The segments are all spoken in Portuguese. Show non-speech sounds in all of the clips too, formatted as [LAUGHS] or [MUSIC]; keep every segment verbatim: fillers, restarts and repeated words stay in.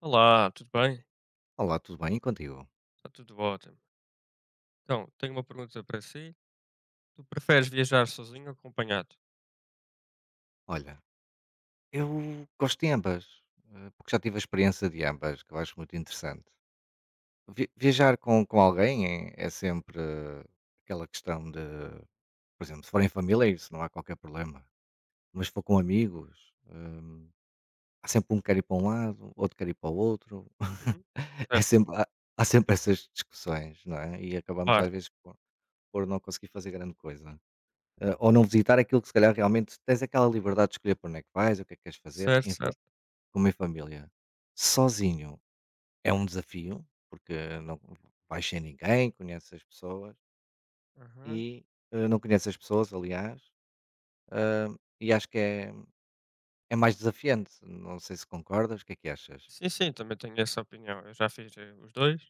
Olá, tudo bem? Olá, tudo bem? E contigo? Está tudo ótimo. Então, tenho uma pergunta para si. Tu preferes viajar sozinho ou acompanhado? Olha, eu gosto de ambas, eh, porque já tive a experiência de ambas, que eu acho muito interessante. Vi- viajar com, com alguém é, é sempre, eh, aquela questão de, por exemplo, se for em família, isso não há qualquer problema. Mas se for com amigos, há sempre um que quer ir para um lado, outro quer ir para o outro. Uhum. [LAUGHS] É Certo, sempre, há, Há sempre essas discussões, não é? E acabamos claro. às vezes por, por não conseguir fazer grande coisa. Eh, ou não visitar aquilo que, se calhar, realmente tens aquela liberdade de escolher para onde é que vais, o que é que queres fazer, Certo, certo. com a minha família. Sozinho é um desafio, porque não vais sem ninguém, conheces as pessoas Aham. e eh, não conheces as pessoas, aliás, e acho que é, é mais desafiante. Não sei se concordas, o que é que achas? Sim, sim, também tenho essa opinião. Eu já fiz eh, os dois.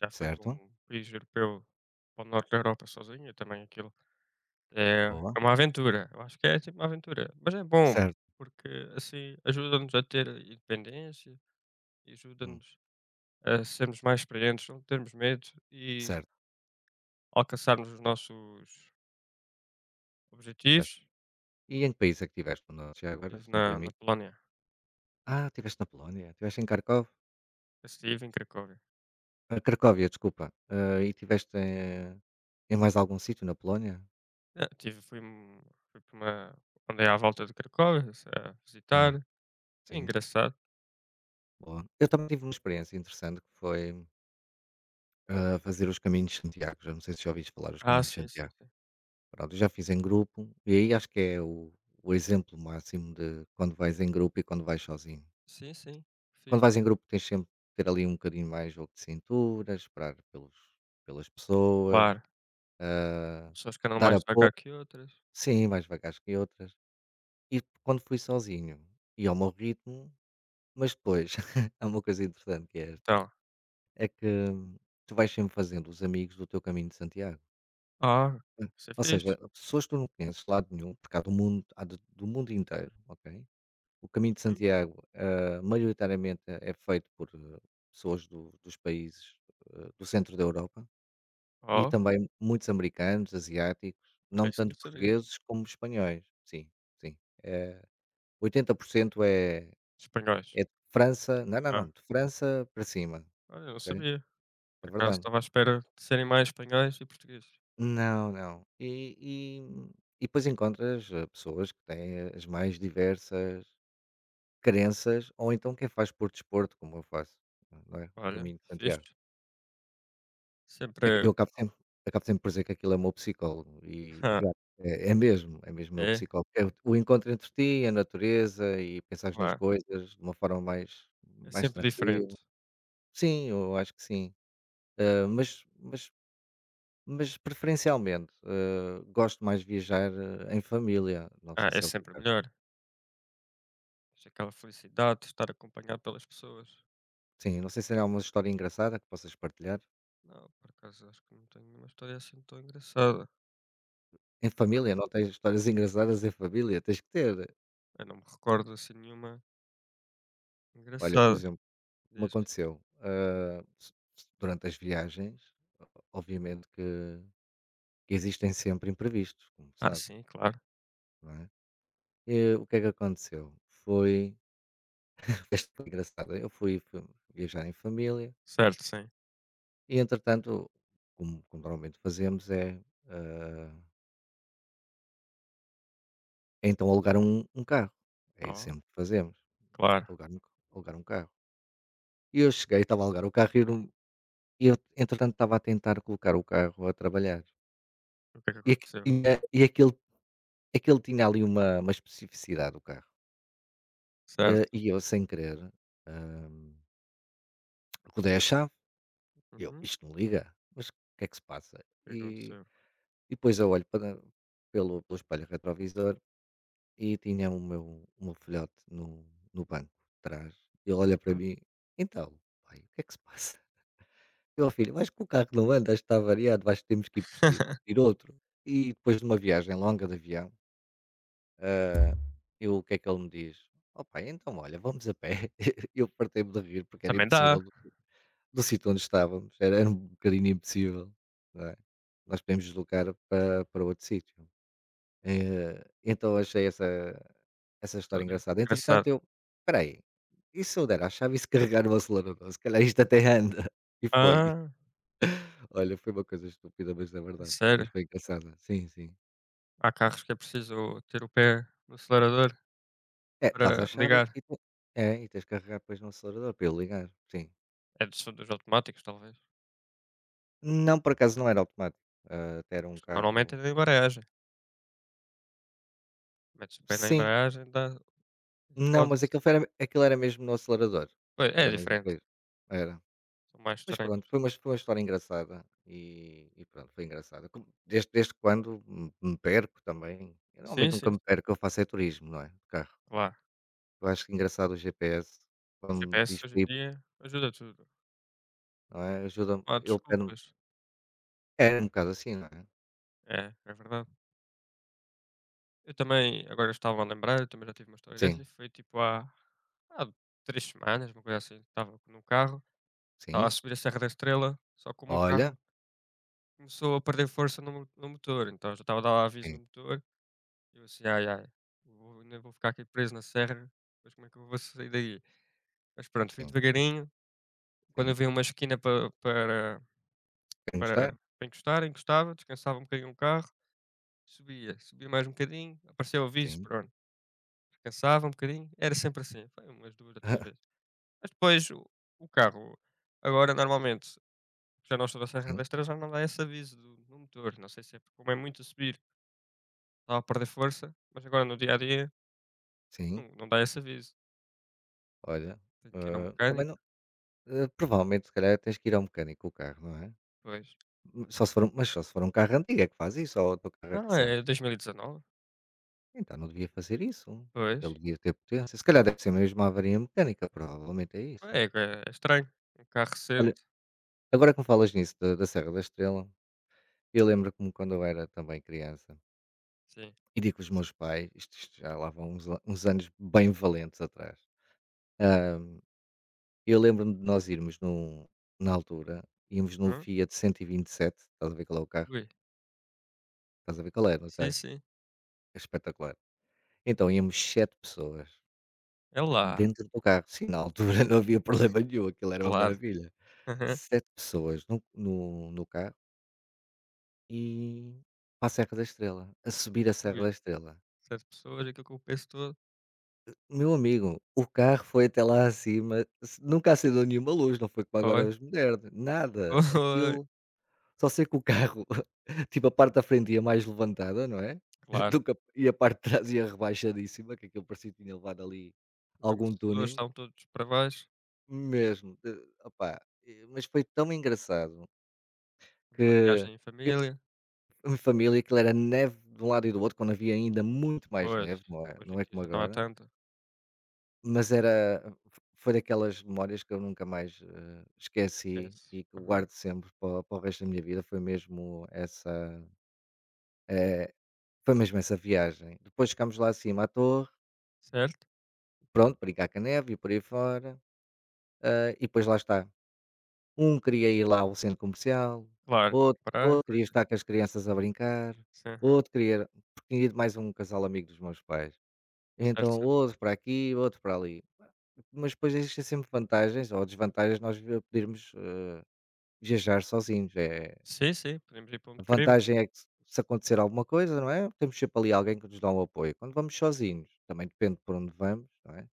Já fui para Certo? um país europeu, para o norte da Europa sozinho. E também aquilo é Boa. é uma aventura. Eu acho que é tipo uma aventura. Mas é bom, Certo. porque assim ajuda-nos a ter independência e Hum, ajuda-nos a sermos mais experientes, não termos medo e Certo, alcançarmos os nossos certo. objetivos. E em que país é que estiveste? Não. Já agora, Estive se na me na permite. Polónia, Ah, estiveste na Polónia, estiveste em Kharkov? estive em Cracóvia. Ah, Cracóvia, desculpa. Ah, e estiveste, eh, em mais algum sítio na Polónia? Eh, tive fui hum, fui para uma andei à volta de Cracóvia, a Hum, visitar. É sim, engraçado. boa. Eu também tive uma experiência interessante que foi a fazer os caminhos de Santiago, já não sei se já ouviste falar dos Ah, caminhos de sim, sim, Santiago. sim. Pronto, eu já fiz em grupo e aí acho que é o, o exemplo máximo de quando vais em grupo e quando vais sozinho. Sim, sim, Quando fixe. vais em grupo tens sempre que ter ali um bocadinho mais jogo de cintura, esperar pelos, pelas pessoas, Claro, ah, há pessoas que andam dar mais apoio, devagar que outras, sim, mais devagar que outras. E quando fui sozinho, ia ao meu ritmo, mas depois [LAUGHS] há uma coisa interessante que é esta, então. é que tu vais sempre fazendo os amigos do teu caminho de Santiago. Ah, você Ou fez seja, pessoas que tu não conheces de lado nenhum, porque há do mundo há do do mundo inteiro, ok. O Caminho de Hum, Santiago, ah, maioritariamente é é feito por, eh, pessoas do dos países, ah, do centro da Europa, e oh, também muitos americanos, asiáticos, olha, não isso não tanto sabia. portugueses como espanhóis. Sim, sim. Eh, oitenta por cento é Espanhóis. é de França, não, não, não, Ah, de França para cima, olha, eu não ok. sabia, É por acaso verdade. estava à espera de serem mais espanhóis e portugueses. Não, não. E e e depois encontras, eh, pessoas que têm as mais diversas crenças, ou então quem faz por desporto, como eu faço, não é, o Olha, Caminho de Santiago. fixe. Sempre Eu acabo sempre Acabo sempre por dizer que aquilo é o meu psicólogo e real, [LAUGHS] é é mesmo, é mesmo o meu é, é, psicólogo. É o o encontro entre ti, a natureza e pensares nas claro, coisas de uma forma mais é mais sempre tranquila. diferente. Sim, eu acho que sim, hã, mas mas mas preferencialmente, hã, gosto mais de viajar, ah, em família, não Ah, sei é se é o teu sempre caso. melhor. Tens aquela felicidade de estar acompanhado pelas pessoas. Sim, não sei se é uma história engraçada que possas partilhar. Não, por acaso acho que não tenho nenhuma história assim tão engraçada. Em Não me família, não tens histórias engraçadas em família? Tens que ter. Eu não me recordo assim nenhuma Olha, por engraçada. exemplo, o que me Diz. aconteceu, ah, s- s- durante as viagens, obviamente que, que existem sempre imprevistos, como Ah, sabes, sim, claro. não é? E o que é que aconteceu? Foi, [LAUGHS] esta foi engraçada, eu fui, fui viajar em família Certo, sim. e, entretanto, como, como normalmente fazemos, é, ah, é então alugar um, um carro. É isso Oh, sempre que fazemos, claro. alugar um, alugar um carro. E eu cheguei, estava a alugar o carro e eu não- e eu, entretanto, estava a tentar colocar o carro a trabalhar. O que é que E aqui aconteceu? tinha, e aquilo aquilo tinha ali uma uma especificidade, o carro. Eh, Certo. E eu, sem querer, hã, rodei a chave. Eu: Uhum. "Isto não liga, mas o que é que se passa?" O que é E que aconteceu? e depois eu olho para pelo pelo espelho retrovisor e tinha o meu o meu filhote no no banco de trás. Ele olha para Hã? mim: "Então, pai, o que é que se passa?" Meu filho, mas acho que o carro não anda, está variado, acho que temos que ir perseguir, [LAUGHS] ir outro. E depois de uma viagem longa de avião, eu, o que é que ele me diz? "Ó pai, então olha, vamos a pé". [LAUGHS] Eu partei-me de rir, porque era Também impossível, dá. do do sítio onde estávamos, era era um bocadinho impossível, não é. Nós podíamos deslocar para para outro sítio. Eh, então achei essa essa história História engraçada. Entretanto engraçada. eu: "Espera aí, e se eu der à chave e se carregar no acelerador? Se calhar isto até anda". [LAUGHS] E foi. Ah, Olha, foi uma coisa estúpida, mas é é verdade, mas sério. foi engraçada. Sim, sim. Há carros que é preciso ter o pé no acelerador É, dás a para chave ligar. e tu, é, e tens que carregar depois no acelerador para ele ligar, sim. É dos, dos automáticos, talvez. Não, por acaso não era automático, hã, até era um Normalmente carro, é em embreagem. Metes o pé na sim. embreagem, dá, Não, mas roda-se. aquilo foi era aquilo era mesmo no acelerador, Pois, é era mesmo para diferente, isso. Era. são mais Mas estranhos. pronto, foi uma, foi uma história engraçada, e e pronto, foi engraçada. Como desde desde quando me me perco também, eu Sim, normalmente nunca sim, me sim, perco, eu faço é turismo, não é, de carro. claro. Eu acho engraçado o G P S, O quando me G P S diz: hoje em dia ajuda tudo. "Não é", ajuda-me, Não há ele pede-me, desculpas. é um bocado assim, não é? É, é verdade. Eu também, agora estava a lembrar, eu também já tive uma história dessa Sim, e foi tipo há, há três semanas, uma coisa assim. Estava num carro, estava a sim, subir a Serra da Estrela, só que o meu olha, carro começou a perder força no, mo- no motor. Então já estava a dar aviso sim, no motor. E eu assim, ai ai, vou, ainda vou ficar aqui preso na serra, depois como é que eu vou sair daí? Mas pronto, fui sim, devagarinho. Quando sim, havia uma esquina para para quer encostar? para para encostar, encostava, descansava um bocadinho o carro, subia, subia mais um bocadinho, apareceu o aviso, Sim, pronto, descansava um bocadinho, era sempre assim, foi umas duas ou três vezes. [LAUGHS] Mas depois o o carro agora normalmente, já não estou na Serra da sim, Estrela, já não dá esse aviso do no motor, não sei se é porque como é muito a subir, estava a perder força, mas agora no dia a dia sim, não não dá esse aviso, olha, tenho que ir ao hã, também mecânico, não hã, provavelmente, se calhar, tens que ir ao mecânico com o carro, não é? pois. Hum, Só se for um mas só se for um carro antigo é que faz isso, ou o teu carro é Não, recente. é dois mil e dezanove, Então não devia fazer isso, ele pois. devia ter potência, se calhar deve ser mesmo uma avaria mecânica, provavelmente é isso. É é é estranho, um carro Olha, recente, agora que me falas nisso da da Serra da Estrela, eu lembro-me quando eu era também criança sim. e digo com os meus pais, isto isto já lá vão uns uns anos bem valentes atrás. Ah, eu lembro-me de nós irmos num na altura, íamos num Hum? Fiat cento e vinte e sete, estás a ver qual é o carro? Ui. Estás a ver qual é, não Sim, estás? sim. É espetacular. Então íamos sete pessoas É lá, dentro do carro. Sim, na altura [LAUGHS] não havia problema nenhum, aquilo era uma claro. maravilha. Aham. Sete pessoas no no no carro, e para a Serra da Estrela, a subir a Serra da Ui, Estrela. essas pessoas, aquilo que eu penso todo. Meu amigo, o carro foi até lá acima, s- nunca acendeu nenhuma luz, não foi como agora Olha, os modernos, [LAUGHS] nada. pois, Aquilo, só sei que o carro, [LAUGHS] tipo, a parte da frente ia mais levantada, não é? [LAUGHS] claro. Do que a- e a parte de trás ia rebaixadíssima, que aquilo parecia que tinha levado ali Os algum amortecedores tuning, estão todos para baixo, mesmo. De- opá, eh, mas foi tão engraçado uma que viagem em eu- família. a minha família, aquilo era neve de um lado e do outro, quando havia ainda muito mais Pois, neve, não é? hoje Não em é dia como já não há agora. tanta. Mas era foi daquelas memórias que eu nunca mais, eh, esqueci, e Esquece. que Aham. guardo sempre para para o resto da minha vida, foi mesmo essa, eh, foi mesmo essa viagem. Depois chegámos lá acima à torre, Certo, pronto, brincar com a neve e por aí fora, ah, e depois lá está, um queria ir lá ao centro comercial, claro. outro Comprar outro queria coisas. estar com as crianças a brincar, Aham. outro queria, porque tinha ido mais um casal amigo dos meus pais. Certo, Então, certo. outro para aqui, outro para ali. Mas depois existem sempre vantagens ou desvantagens nós vi podermos, eh, viajar sozinhos. É, Sim, sim, podemos ir para a onde queremos, vantagem é que, se se acontecer alguma coisa, não é, temos sempre ali alguém que nos dá um apoio. Quando vamos sozinhos, também depende por onde vamos, não é,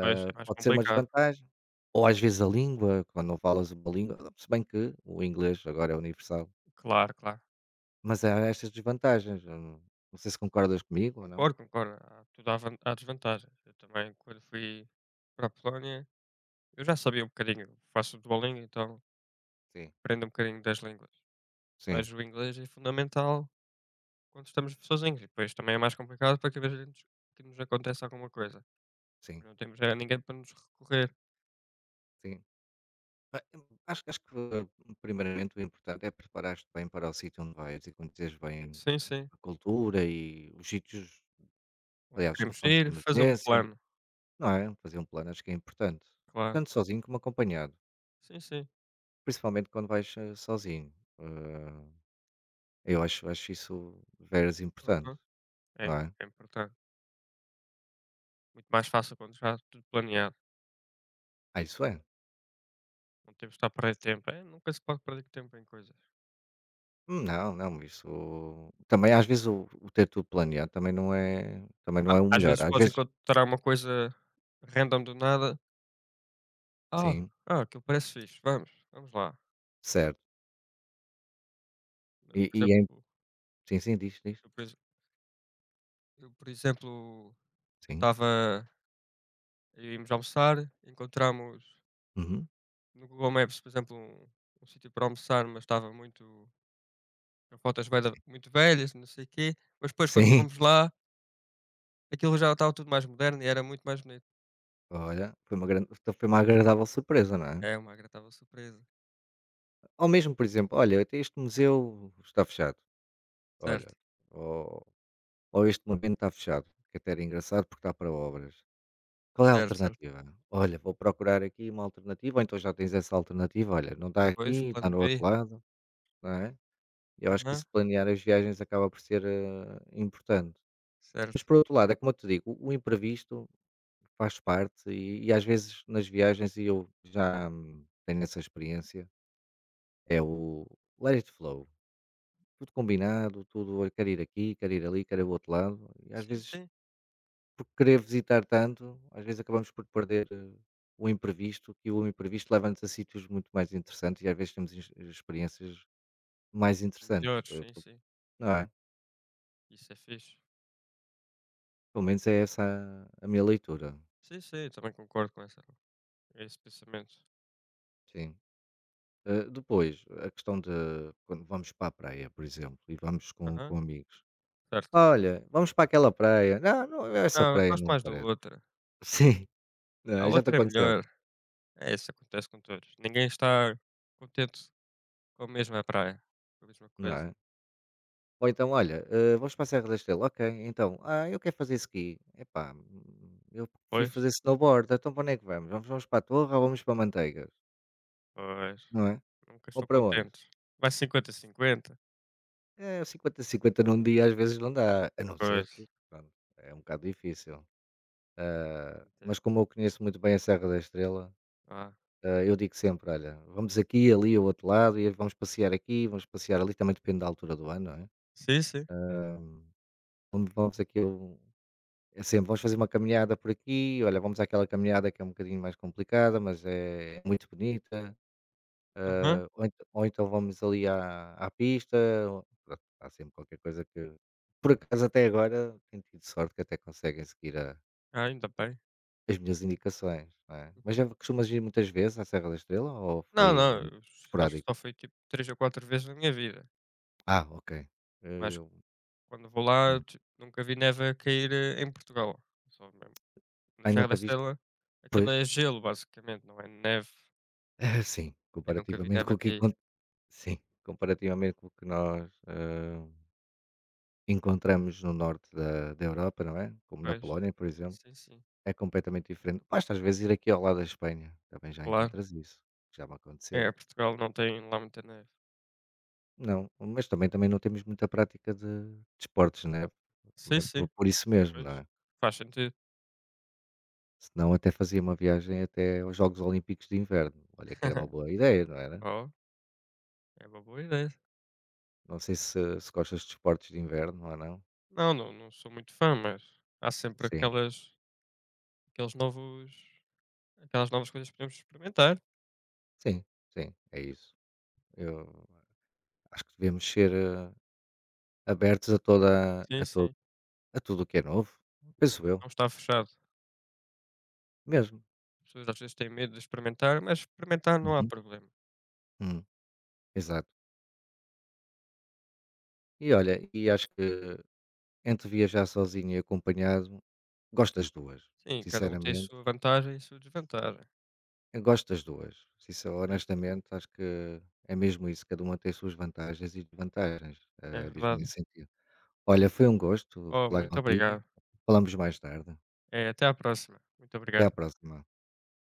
pois é mais pode ser uma complicado. desvantagem, ou às vezes a língua, quando não falas uma língua, se bem que o inglês agora é universal, Claro, claro. mas há estas desvantagens, hum, não não sei se concordas comigo ou não? Concordo, concordo. Há tudo há van há desvantagens. Eu também, quando fui para a Polónia, eu já sabia um bocadinho, faço Duolingo, então Sim, aprendo um bocadinho das línguas, sim, mas o inglês é fundamental quando estamos sozinhos e depois também é mais complicado para cada vez que nos acontece alguma coisa. sim, Não temos a ninguém para nos recorrer. sim. Ah, eu acho, acho que, eh, primeiramente, o importante é preparar te bem para o sítio onde vais e conheceres bem Sim, sim. a cultura e os sítios, Onde aliás, os queremos telefones de ir, fazer um emergência, plano, não é? Fazer um plano acho que é importante, claro. tanto sozinho como acompanhado, Sim, sim. principalmente quando vais, eh, sozinho. Ah, eu acho, acho isso veras importante, Aham. não É, é? é importante. Muito mais fácil quando já tudo planeado. "Ah, isso é? Não temos de estar a perder tempo. É, nunca se pode perder tempo em coisas. Hum, não, não, isso" também às vezes o o ter tudo planeado também não é, também não Ah, é o às melhor. vezes Às podes vezes, encontrar uma coisa random do nada. Ah, sim, ah, aquilo parece fixe. Vamos, vamos lá. certo. Por E e é, exemplo, sim, sim, diz, diz. eu, por eu, por exemplo, Sim. estava íamos almoçar, encontramos Uhum. no Google Maps, por exemplo, um um sítio para almoçar, mas estava muito com fotos bué da muito velhas, não sei o quê, mas depois quando Sim, fomos lá, aquilo já estava tudo mais moderno e era muito mais bonito. olha, foi uma grande, então, foi uma agradável surpresa, não é? É uma agradável surpresa. Ou mesmo, por exemplo, olha, até este museu está fechado, olha, Certo, ou ou este monumento está fechado, que até era engraçado, porque está para obras. Qual é a certo, certo. alternativa? Olha, vou procurar aqui uma alternativa, ou então já tens essa alternativa, olha, não está Pois, aqui, está plano no outro B. lado, não é? Eu acho que isso Aham, de planear as viagens acaba por ser, eh, importante. Mas certo. por outro lado, é como eu te digo, o o imprevisto faz parte, e e às vezes, nas viagens, e eu já, hum, tenho essa experiência, é o let it flow, tudo combinado, tudo, olha, quero ir aqui, quero ir ali, quero ir ao outro lado, e às Sim, vezes, sim. por querer visitar tanto, às vezes acabamos por perder, eh, o imprevisto, que o imprevisto leva-nos a sítios muito mais interessantes, e às vezes temos ex experiências mais interessantes, Melhores, eh, sim, po sim. não é? Isso é fixe. Pelo menos é essa a a minha leitura, Sim, sim, eu também concordo com essa esse pensamento. sim. Eh, depois, a questão de quando vamos para a praia, por exemplo, e vamos com Aham, com amigos. certo. Olha, vamos para aquela praia. Não, não, essa Não, eu praia gosto não me mais da parece. outra. [LAUGHS] Sim, não A é, já te outra é aconteceu, melhor. É, isso acontece com todos. Ninguém está contente com a mesma praia, com a mesma não coisa. é? Ou então, olha, eh, vamos para a Serra da Estrela, ok, então, ah, eu quero fazer ski. Epá, hum, eu prefiro Pois, fazer snowboard, então, para onde é que vamos? Vamos, vamos para a Torre, ou vamos para Manteigas, pois, não é? nunca Ou estou para onde? contente. Vai 50 cinquenta. É, cinquenta a cinquenta num dia às vezes não dá, a não ser Pois, que, pronto, é um bocado difícil. Mas entendo. como eu conheço muito bem a Serra da Estrela, Ah, Ah, eu digo sempre: "Olha, vamos aqui, ali, ao outro lado, e vamos passear aqui, vamos passear ali", também depende da altura do ano, não é? sim, sim. Uhum. Ah, vamos vamos aqui ao É sempre: "Vamos fazer uma caminhada por aqui, olha, vamos àquela caminhada que é um bocadinho mais complicada, mas é muito bonita, Aham. ah, ou ent ou então vamos ali à à pista", ou pronto, há sempre qualquer coisa que, por acaso, até agora tenho tido sorte que até conseguem seguir a Ah, ainda bem. as minhas indicações, não é? Mas Uhum. já costumas ir muitas vezes à Serra da Estrela ou Não, foi não, eu s- acho que esporádico? só foi tipo três ou quatro vezes na minha vida. Ah, ok. Eh, Mas quando vou lá, hum. tipo, nunca vi neve a cair eh, em Portugal. Só mesmo. Na Ai, Serra da nunca viste? Estrela, aquilo Pois, é gelo, basicamente, não é neve. [LAUGHS] sim, Eu nunca vi comparativamente neve com a o que cair. encon sim, comparativamente com o que nós, hã, encontramos no norte da da Europa, não é? Como na Pois, Polónia, por exemplo, sim, sim. é completamente diferente. Basta às vezes ir aqui ao lado da Espanha, também já Claro. encontras isso, já me aconteceu. É, Portugal não tem lá muita neve. Não, mas também também não temos muita prática de de esportes, né, Sim, também por sim, por isso mesmo, não pois, é? faz sentido. Senão até fazia uma viagem até aos Jogos Olímpicos de Inverno, olha que era uma [LAUGHS] boa ideia, não era? Oh, é uma boa ideia. Não sei se se gostas de esportes de inverno ou não. Não, não, não sou muito fã, mas há sempre Sim, aquelas aqueles novos aquelas novas coisas que podemos experimentar. sim, sim, é isso. Eu acho que devemos ser, eh, abertos a toda Sim, a todo sim, a tudo o que é novo, penso eu, não está fechado. mesmo. As pessoas às vezes têm medo de experimentar, mas experimentar não há Uhum. problema. Hum, Exato. E olha, e acho que, entre viajar sozinho e acompanhado, gosto das duas, Sim, cada um tem a sinceramente. sua vantagem e a sua desvantagem. Eu gosto das duas, sincer Sim, sim, honestamente, acho que é mesmo isso, cada uma tem as suas vantagens e desvantagens, é eh, é mesmo verdade. nesse sentido. Olha, foi um gosto Oh, falar muito contigo. obrigado. Falamos mais tarde. É até à próxima. Muito Até à obrigado. próxima.